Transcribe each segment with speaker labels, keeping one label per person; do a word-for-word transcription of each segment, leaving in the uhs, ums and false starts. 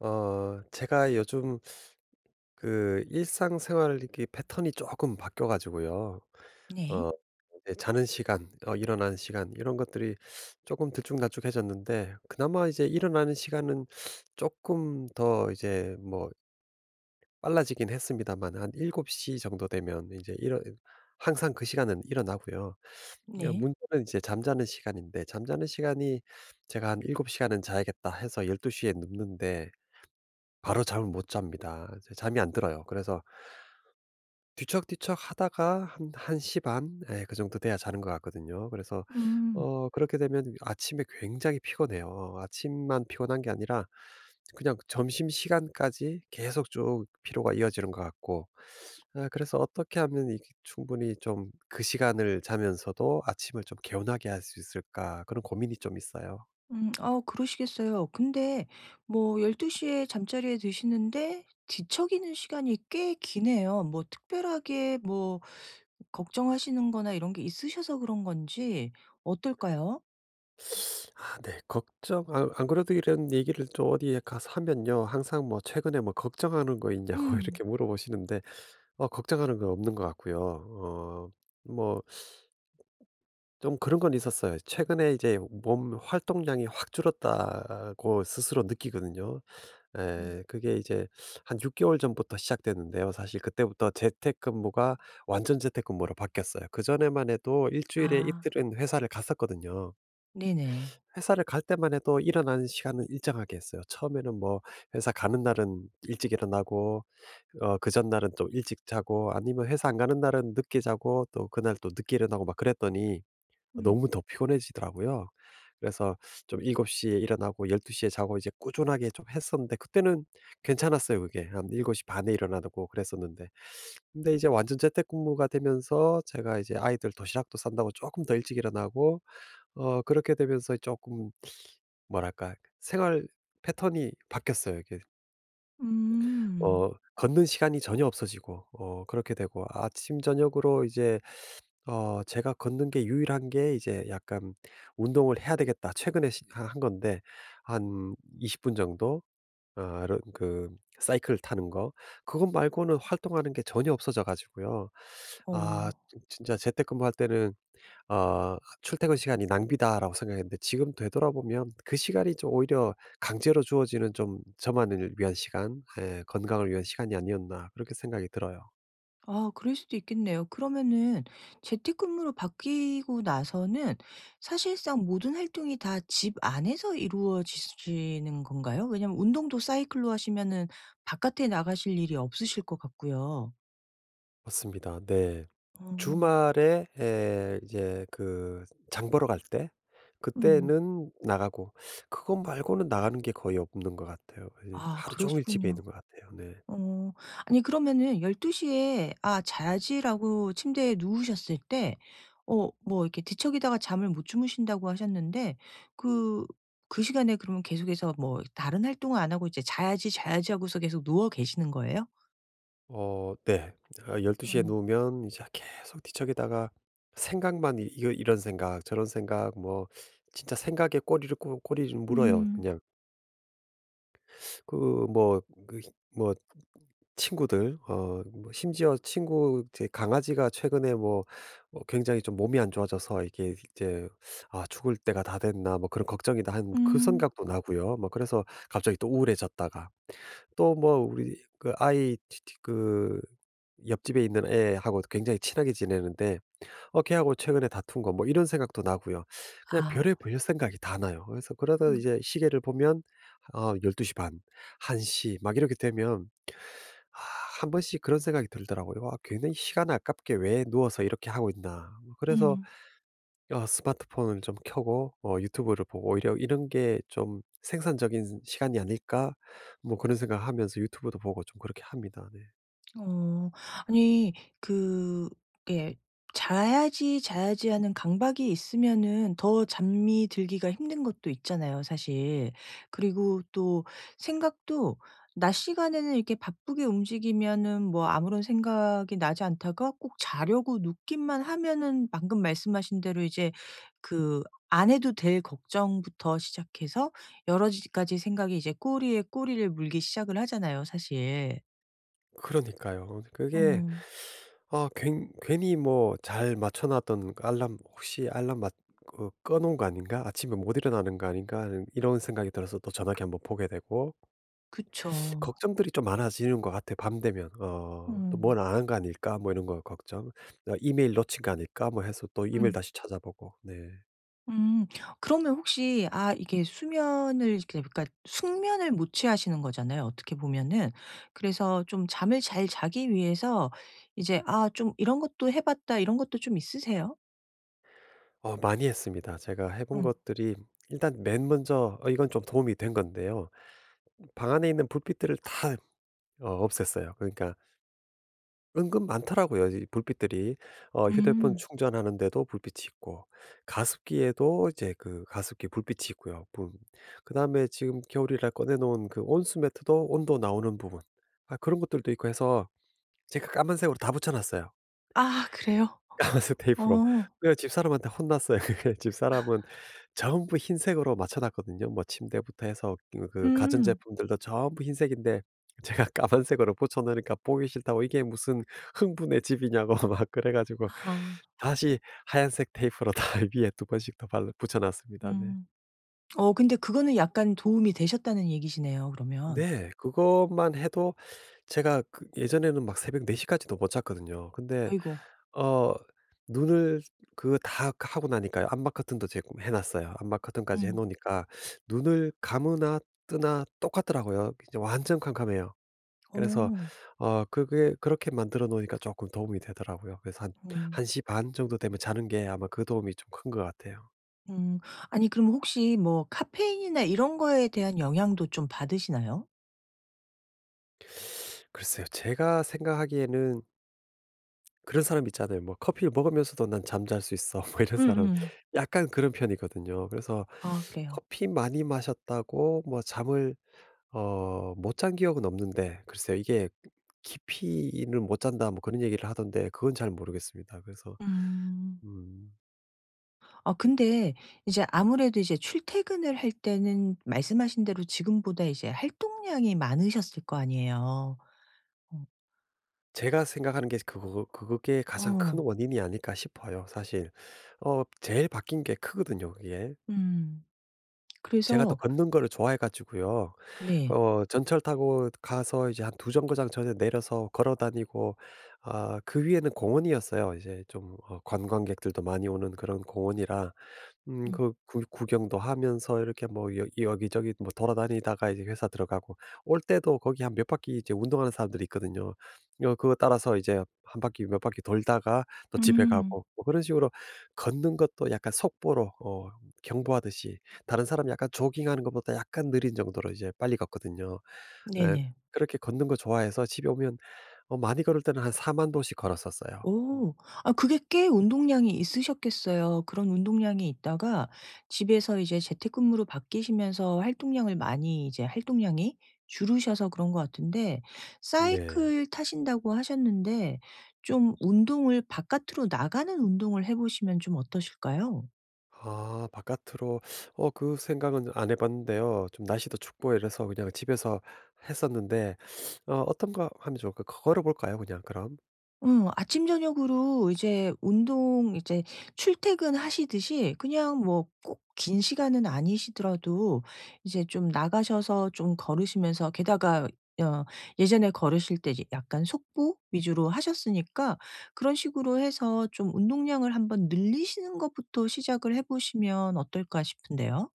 Speaker 1: 어 제가 요즘 그 일상생활 이렇게 패턴이 조금 바뀌어 가지고요.
Speaker 2: 네.
Speaker 1: 어 이제 자는 시간, 어 일어나는 시간, 이런 것들이 조금 들쭉날쭉해졌는데, 그나마 이제 일어나는 시간은 조금 더 이제 뭐 빨라지긴 했습니다만, 한일곱 시 정도 되면 이제 일어 항상 그 시간은 일어나고요. 야,
Speaker 2: 네.
Speaker 1: 문제는 이제 잠자는 시간인데, 잠자는 시간이 제가 한 일곱 시간은 자야겠다 해서 열 두 시에 눕는데 바로 잠을 못 잡니다. 이제 잠이 안 들어요. 그래서 뒤척뒤척 하다가 한1시반, 예, 그 정도 돼야 자는 것 같거든요. 그래서
Speaker 2: 음.
Speaker 1: 어 그렇게 되면 아침에 굉장히 피곤해요. 어 아침만 피곤한 게 아니라 그냥 점심시간까지 계속 쭉 피로가 이어지는 것 같고, 아, 그래서 어떻게 하면 이게 충분히 좀 그 시간을 자면서도 아침을 좀 개운하게 할 수 있을까, 그런 고민이 좀 있어요.
Speaker 2: 음. 아 그러시겠어요. 근데 뭐 열두 시에 잠자리에 드시는데 뒤척이는 시간이 꽤 기네요. 뭐 특별하게 뭐 걱정하시는 거나 이런 게 있으셔서 그런 건지 어떨까요?
Speaker 1: 아, 네. 걱정. 안 안 그래도 이런 얘기를 또 어디에 가서 하면요, 항상 뭐 "최근에 뭐 걱정하는 거 있냐."고
Speaker 2: 음.
Speaker 1: 이렇게 물어보시는데 어 걱정하는 건 없는 것 같고요. 어 뭐, 좀 그런 건 있었어요. 최근에 이제 몸 활동량이 확 줄었다고 스스로 느끼거든요. 에,
Speaker 2: 음.
Speaker 1: 그게 이제 한 육 개월 전부터 시작됐는데요. 사실 그때부터 재택근무가 완전 재택근무로 바뀌었어요. 그전에만 해도 일 주일에
Speaker 2: 아.
Speaker 1: 이틀은 회사를 갔었거든요.
Speaker 2: 네네.
Speaker 1: 회사를 갈 때만 해도 일어나는 시간은 일정하게 했어요. 처음에는 뭐 회사 가는 날은 일찍 일어나고, 어 그 전날은 좀 일찍 자고, 아니면 회사 안 가는 날은 늦게 자고 또 그날 또 늦게 일어나고 막 그랬더니
Speaker 2: 음.
Speaker 1: 너무 더 피곤해지더라고요. 그래서 좀일곱 시에 일어나고 열 두 시에 자고 이제 꾸준하게 좀 했었는데, 그때는 괜찮았어요, 그게. 한일곱 시 반에 일어나고 그랬었는데. 근데 이제 완전 재택근무가 되면서 제가 이제 아이들 도시락도 싼다고 조금 더 일찍 일어나고, 어 그렇게 되면서 조금 뭐랄까, 생활 패턴이 바뀌었어요, 이게.
Speaker 2: 음.
Speaker 1: 어 걷는 시간이 전혀 없어지고, 어 그렇게 되고, 아침 저녁으로 이제 어 제가 걷는 게 유일한 게, 이제 약간 '운동을 해야 되겠다.' 최근에 시 하 한 건데 한 이십 분 정도, 아, 이런 그 사이클 타는 거. 그것 말고는 활동하는 게 전혀 없어져 가지고요. 아,
Speaker 2: 어.
Speaker 1: 진짜 재택근무할 때는 어 '출퇴근 시간이 낭비다.'라고 생각했는데, 지금 되돌아보면 그 시간이 좀 오히려 강제로 주어지는, 좀 저만을 위한 시간, 예, 건강을 위한 시간이 아니었나 그렇게 생각이 들어요.
Speaker 2: 아 그럴 수도 있겠네요. 그러면은 재택근무로 바뀌고 나서는 사실상 모든 활동이 다 집 안에서 이루어지시는 건가요? 왜냐면 운동도 사이클로 하시면은 바깥에 나가실 일이 없으실 것 같고요.
Speaker 1: 맞습니다. 네.
Speaker 2: 어.
Speaker 1: 주말에, 에, 이제 그 장 보러 갈 때,
Speaker 2: 음.
Speaker 1: 그때는 나가고, 그거 말고는 나가는 게 거의 없는 것 같아요. 예,
Speaker 2: 아
Speaker 1: 하루 종일 집에 있는
Speaker 2: 그러시군요.
Speaker 1: 것 같아요. 네.
Speaker 2: 어. 아니 그러면은 열두 시에 '아 자야지.'라고 침대에 누우셨을 때 어 뭐 이렇게 뒤척이다가 잠을 못 주무신다고 하셨는데 그 그 시간에 그러면 계속해서 뭐 다른 활동을 안 하고 이제 '자야지, 자야지.' 하고서 계속 누워 계시는 거예요?
Speaker 1: 어, 네. 아, 열 두 시에
Speaker 2: 어.
Speaker 1: 누우면 이제 계속 뒤척이다가 생각만, 이 이거 이런 생각 저런 생각, 뭐 진짜 생각에 꼬리를 꼬 꼬리를 물어요.
Speaker 2: 음.
Speaker 1: 그냥 그 뭐 그 뭐 친구들, 어 뭐 심지어 친구 제 강아지가 최근에 뭐 뭐 굉장히 좀 몸이 안 좋아져서 이게 이제 '아 죽을 때가 다 됐나.' 뭐 그런 걱정이 나 한 그
Speaker 2: 음.
Speaker 1: 생각도 나고요. 뭐 그래서 갑자기 또 우울해졌다가, 또 뭐 우리 그 아이 티티, 그 옆집에 있는 애하고 굉장히 친하게 지내는데, 어 걔하고 최근에 다툰 거 뭐 이런 생각도 나고요. 그냥
Speaker 2: 아.
Speaker 1: 별의별 생각이 다 나요. 그래서 그러다
Speaker 2: 음.
Speaker 1: 이제 시계를 보면 어 열 두 시 반한 시 막 이렇게 되면 아, 한 번씩 그런 생각이 들더라고요. '아 굉장히 시간 아깝게 왜 누워서 이렇게 하고 있나.' 뭐 그래서
Speaker 2: 음.
Speaker 1: 어, 스마트폰을 좀 켜고 어 유튜브를 보고 오히려 '이런 게 좀 생산적인 시간이 아닐까?' 뭐 그런 생각하면서 유튜브도 보고 좀 그렇게 합니다. 네.
Speaker 2: 어. 아니 그 예, 자야지 자야지 하는 강박이 있으면은 더 잠이 들기가 힘든 것도 있잖아요 사실. 그리고 또 생각도 낮 시간에는 이렇게 바쁘게 움직이면은 뭐 아무런 생각이 나지 않다가 꼭 자려고 눕기만 하면은 방금 말씀하신 대로 이제 그 안 해도 될 걱정부터 시작해서 여러 가지 생각이 이제 꼬리에 꼬리를 물기 시작을 하잖아요 사실.
Speaker 1: 그러니까요.
Speaker 2: 어.
Speaker 1: 그게 아, 괜 괜히 뭐 잘 맞춰 놨던 알람, '혹시 알람 맞 그 꺼 놓은 거 아닌가? 아침에 못 일어나는 거 아닌가?' 하는 이런 생각이 들어서 또 전화기 한번 보게 되고,
Speaker 2: 그쵸.
Speaker 1: 걱정들이 좀 많아지는 것 같아요 밤 되면. 어 '또
Speaker 2: 음.
Speaker 1: 뭘 안 한 거 아닐까?' 뭐 이런 거 걱정. '나 이메일 놓친 거 아닐까?' 뭐 해서 또 이메일
Speaker 2: 음.
Speaker 1: 다시 찾아보고. 네.
Speaker 2: 음. 그러면 혹시 아 이게 수면을 이렇게 그러니까 숙면을 못 취하시는 거잖아요, 어떻게 보면은. 그래서 좀 잠을 잘 자기 위해서 이제 아 좀 '이런 것도 해 봤다.' 이런 것도 좀 있으세요?
Speaker 1: 어, 많이 했습니다. 제가 해본
Speaker 2: 음.
Speaker 1: 것들이, 일단 맨 먼저, 어 이건 좀 도움이 된 건데요. 방 안에 있는 불빛들을 다 어 없앴어요. 그러니까 은근 많더라고요, 이 불빛들이. 어 휴대폰
Speaker 2: 음.
Speaker 1: 충전하는 데도 불빛이 있고, 가습기에도 이제 그 가습기 불빛이 있고요. 그 다음에 지금 겨울이라 꺼내 놓은 그 온수 매트도 온도 나오는 부분, 아, 그런 것들도 있고 해서 제가 까만색으로 다 붙여 놨어요.
Speaker 2: 아 그래요?
Speaker 1: 까만색 테이프로.
Speaker 2: 어.
Speaker 1: 그 집사람한테 혼났어요. 그게 집사람은 전부 흰색으로 맞춰 놨거든요. 뭐 침대부터 해서 그 그
Speaker 2: 음.
Speaker 1: 가전제품들도 전부 흰색인데, 제가 까만색으로 붙여 놓으니까 보기 싫다고 "이게 무슨 흥분의 집이냐."고 막 그래 가지고,
Speaker 2: 아.
Speaker 1: 다시 하얀색 테이프로 다 위에 두 번씩 더 발라 붙여 놨습니다. 네.
Speaker 2: 음. 어 근데 그거는 약간 도움이 되셨다는 얘기시네요, 그러면.
Speaker 1: 네. 그것만 해도, 제가 그 예전에는 막 새벽 네 시까지도 못 잤거든요. 근데
Speaker 2: 아이고.
Speaker 1: 어 눈을 그다 그 하고 나니까요, 암막 커튼도 제가 해 놨어요. 암막 커튼까지 해
Speaker 2: 음.
Speaker 1: 놓으니까 눈을 감으나 뜨나 똑같더라고요. 이제 완전 캄캄해요. 그래서
Speaker 2: 어.
Speaker 1: 어 그게, 그렇게 만들어 놓으니까 조금 도움이 되더라고요. 그래서 한
Speaker 2: 음.
Speaker 1: 1시 반 정도 되면 자는 게 아마 그 도움이 좀 큰 것 같아요.
Speaker 2: 음. 아니 그럼 혹시 뭐 카페인이나 이런 거에 대한 영향도 좀 받으시나요?
Speaker 1: 글쎄요. 제가 생각하기에는 그런 사람 있잖아요. 뭐 "커피를 먹으면서도 난 잠 잘 수 있어." 뭐 이런 사람.
Speaker 2: 음음.
Speaker 1: 약간 그런 편이거든요. 그래서
Speaker 2: 아 그래요.
Speaker 1: 커피 많이 마셨다고 뭐 잠을 어 못 잔 기억은 없는데, 글쎄요, 이게 "깊이는 못 잔다." 뭐 그런 얘기를 하던데 그건 잘 모르겠습니다. 그래서
Speaker 2: 음.
Speaker 1: 음
Speaker 2: 아 근데 이제 아무래도 이제 출퇴근을 할 때는 말씀하신 대로 지금보다 이제 활동량이 많으셨을 거 아니에요. 어.
Speaker 1: 제가 생각하는 게, 그거, 그게 가장 큰
Speaker 2: 어.
Speaker 1: 원인이 아닐까 싶어요, 사실. 어 제일 바뀐 게 크거든요, 그게.
Speaker 2: 음.
Speaker 1: 제가 또
Speaker 2: 그래서
Speaker 1: 걷는 거를 좋아해 가지고요.
Speaker 2: 네.
Speaker 1: 어 전철 타고 가서 이제 한 두 정거장 전에 내려서 걸어 다니고, 아, 그 위에는 공원이었어요. 이제 좀 어 관광객들도 많이 오는 그런 공원이라, 음
Speaker 2: 음.
Speaker 1: 그 구 구경도 하면서 이렇게 뭐 여 여기저기 뭐 돌아다니다가 이제 회사 들어가고, 올 때도 거기 한 몇 바퀴, 이제 운동하는 사람들이 있거든요. 어 그거 따라서 이제 한 바퀴, 몇 바퀴 돌다가 또 집에
Speaker 2: 음.
Speaker 1: 가고, 뭐 그런 식으로. 걷는 것도 약간 속보로, 어 경보하듯이, 다른 사람 약간 조깅하는 것보다 약간 느린 정도로 이제 빨리 걷거든요. 예.
Speaker 2: 네네.
Speaker 1: 그렇게 걷는 거 좋아해서 집에 오면, 어 많이 걸을 때는 한사만도 보씩 걸었었어요. 음.
Speaker 2: 오. 아 그게 꽤 운동량이 있으셨겠어요. 그런 운동량이 있다가 집에서 이제 재택근무로 바뀌시면서 활동량을 많이 이제 활동량이 줄으셔서 그런 것 같은데
Speaker 1: 네.
Speaker 2: 사이클 타신다고 하셨는데 좀 운동을 바깥으로 나가는 운동을 해 보시면 좀 어떠실까요?
Speaker 1: 아, 바깥으로, 어 그 생각은 안 해 봤는데요. 좀 날씨도 춥고 이래서 그냥 집에서 했었는데, 어 어떤 거 하면 좋을까? 걸어 볼까요 그냥 그럼?
Speaker 2: 응 아침 저녁으로 이제 운동 이제 출퇴근하시듯이 그냥 뭐 꼭 긴 시간은 아니시더라도 이제 좀 나가셔서 좀 걸으시면서 게다가 어 예전에 걸으실 때 이제 약간 속보 위주로 하셨으니까 그런 식으로 해서 좀 운동량을 한번 늘리시는 것부터 시작을 해 보시면 어떨까 싶은데요.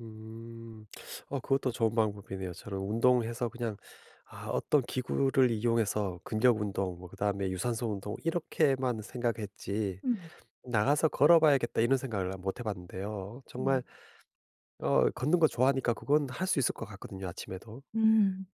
Speaker 1: 음. 어, 그것도 좋은 방법이네요. 저는 운동해서, 그냥 아 어떤 기구를 이용해서 근력 운동 뭐 그다음에 유산소 운동 이렇게만 생각했지,
Speaker 2: 음.
Speaker 1: '나가서 걸어 봐야겠다.' 이런 생각을 못 해 봤는데요. 정말
Speaker 2: 음.
Speaker 1: 어 걷는 거 좋아하니까 그건 할 수 있을 것 같거든요, 아침에도.
Speaker 2: 음.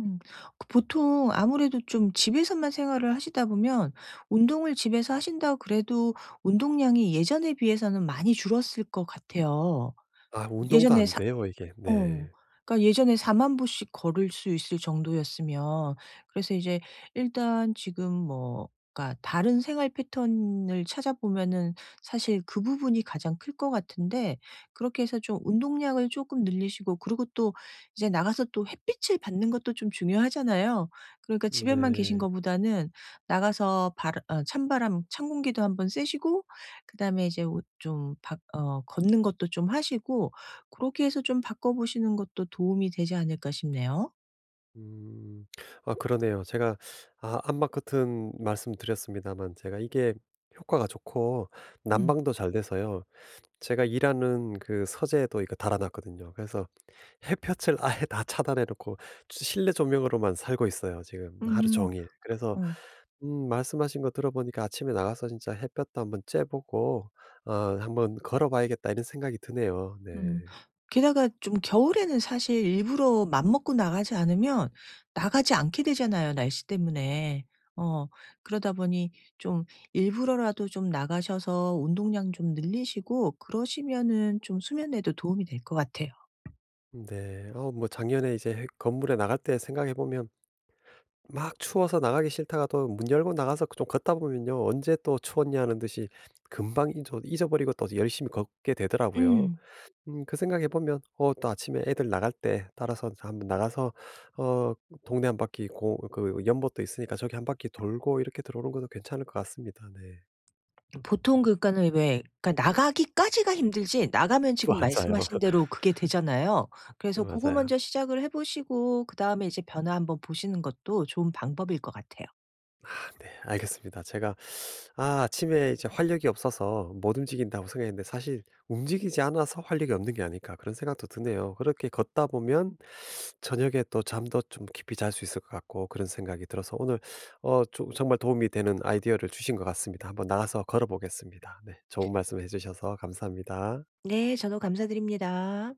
Speaker 2: 음. 그 보통 아무래도 좀 집에서만 생활을 하시다 보면 운동을 집에서 하신다고 그래도 운동량이 예전에 비해서는 많이 줄었을 것 같아요.
Speaker 1: 아, 운동도
Speaker 2: 예전에
Speaker 1: 안 돼요, 이게.
Speaker 2: 어.
Speaker 1: 네.
Speaker 2: 그러니까 예전에 4만0 보씩 걸을 수 있을 정도였으면 그래서 이제 일단 지금 뭐 그러니까 다른 생활 패턴을 찾아보면은 사실 그 부분이 가장 클 것 같은데 그렇게 해서 좀 운동량을 쪼끔 늘리시고 그리고 또 이제 나가서 또 햇빛을 받는 것도 좀 중요하잖아요. 그러니까 집에만 계신
Speaker 1: 네.
Speaker 2: 것보다는 나가서 바람 어 찬바람 찬 공기도 한번 쐬시고 그다음에 이제 오 좀 밖 어 걷는 것도 좀 하시고 그렇게 해서 좀 바꿔 보시는 것도 도움이 되지 않을까 싶네요.
Speaker 1: 음. 아, 그러네요. 제가, 아 암막 커튼 말씀드렸습니다만, 제가 이게 효과가 좋고
Speaker 2: 음.
Speaker 1: 난방도 잘 돼서요. 제가 일하는 그 서재에도 이거 달아 놨거든요. 그래서 햇볕을 아예 다 차단해 놓고 주 실내 조명으로만 살고 있어요, 지금 하루
Speaker 2: 음.
Speaker 1: 종일. 그래서
Speaker 2: 어.
Speaker 1: 음 말씀하신 거 들어보니까, 아침에 나가서 진짜 햇볕도 한번 쬐 보고 어 '한번 걸어 봐야겠다.' 이런 생각이 드네요. 네.
Speaker 2: 음. 게다가 좀 겨울에는 사실 일부러 맘먹고 나가지 않으면 나가지 않게 되잖아요, 날씨 때문에. 어. 그러다 보니 좀 일부러라도 좀 나가셔서 운동량 좀 늘리시고 그러시면은 좀 수면에도 도움이 될 것 같아요.
Speaker 1: 음, 네. 어 뭐, 작년에 이제 건물에 나갈 때 생각해 보면 막 추워서 나가기 싫다가, 또 문 열고 나가서 그 좀 걷다 보면요, 언제 또 추웠냐는 듯이 금방 잊어, 잊어버리고 또 열심히 걷게 되더라고요.
Speaker 2: 음.
Speaker 1: 음, 그 생각해 보면, 어, 또 아침에 애들 나갈 때 따라서 한번 나가서, 어, 동네 한 바퀴, 고, 그 연못도 있으니까 저기 한 바퀴 돌고 이렇게 들어오는 것도 괜찮을 것 같습니다. 네.
Speaker 2: 보통 그러니까는 왜 그러니까 나가기까지가 힘들지 나가면 지금
Speaker 1: 맞아요.
Speaker 2: 말씀하신 대로 그게 되잖아요. 그래서 고거
Speaker 1: 맞아요.
Speaker 2: 먼저 시작을 해 보시고 그다음에 이제 변화 한번 보시는 것도 좋은 방법일 것 같아요.
Speaker 1: 아, 네. 알겠습니다. 제가, 아, 아침에 이제 '활력이 없어서 못 움직인다.'고 생각했는데, 사실 '움직이지 않아서 활력이 없는 게 아닐까.' 그런 생각도 드네요. 그렇게 걷다 보면 저녁에 또 잠도 좀 깊이 잘 수 있을 것 같고, 그런 생각이 들어서 오늘 어 조 정말 도움이 되는 아이디어를 주신 것 같습니다. 한번 나가서 걸어 보겠습니다. 네. 좋은 말씀해 주셔서 감사합니다.
Speaker 2: 네. 저도 감사드립니다.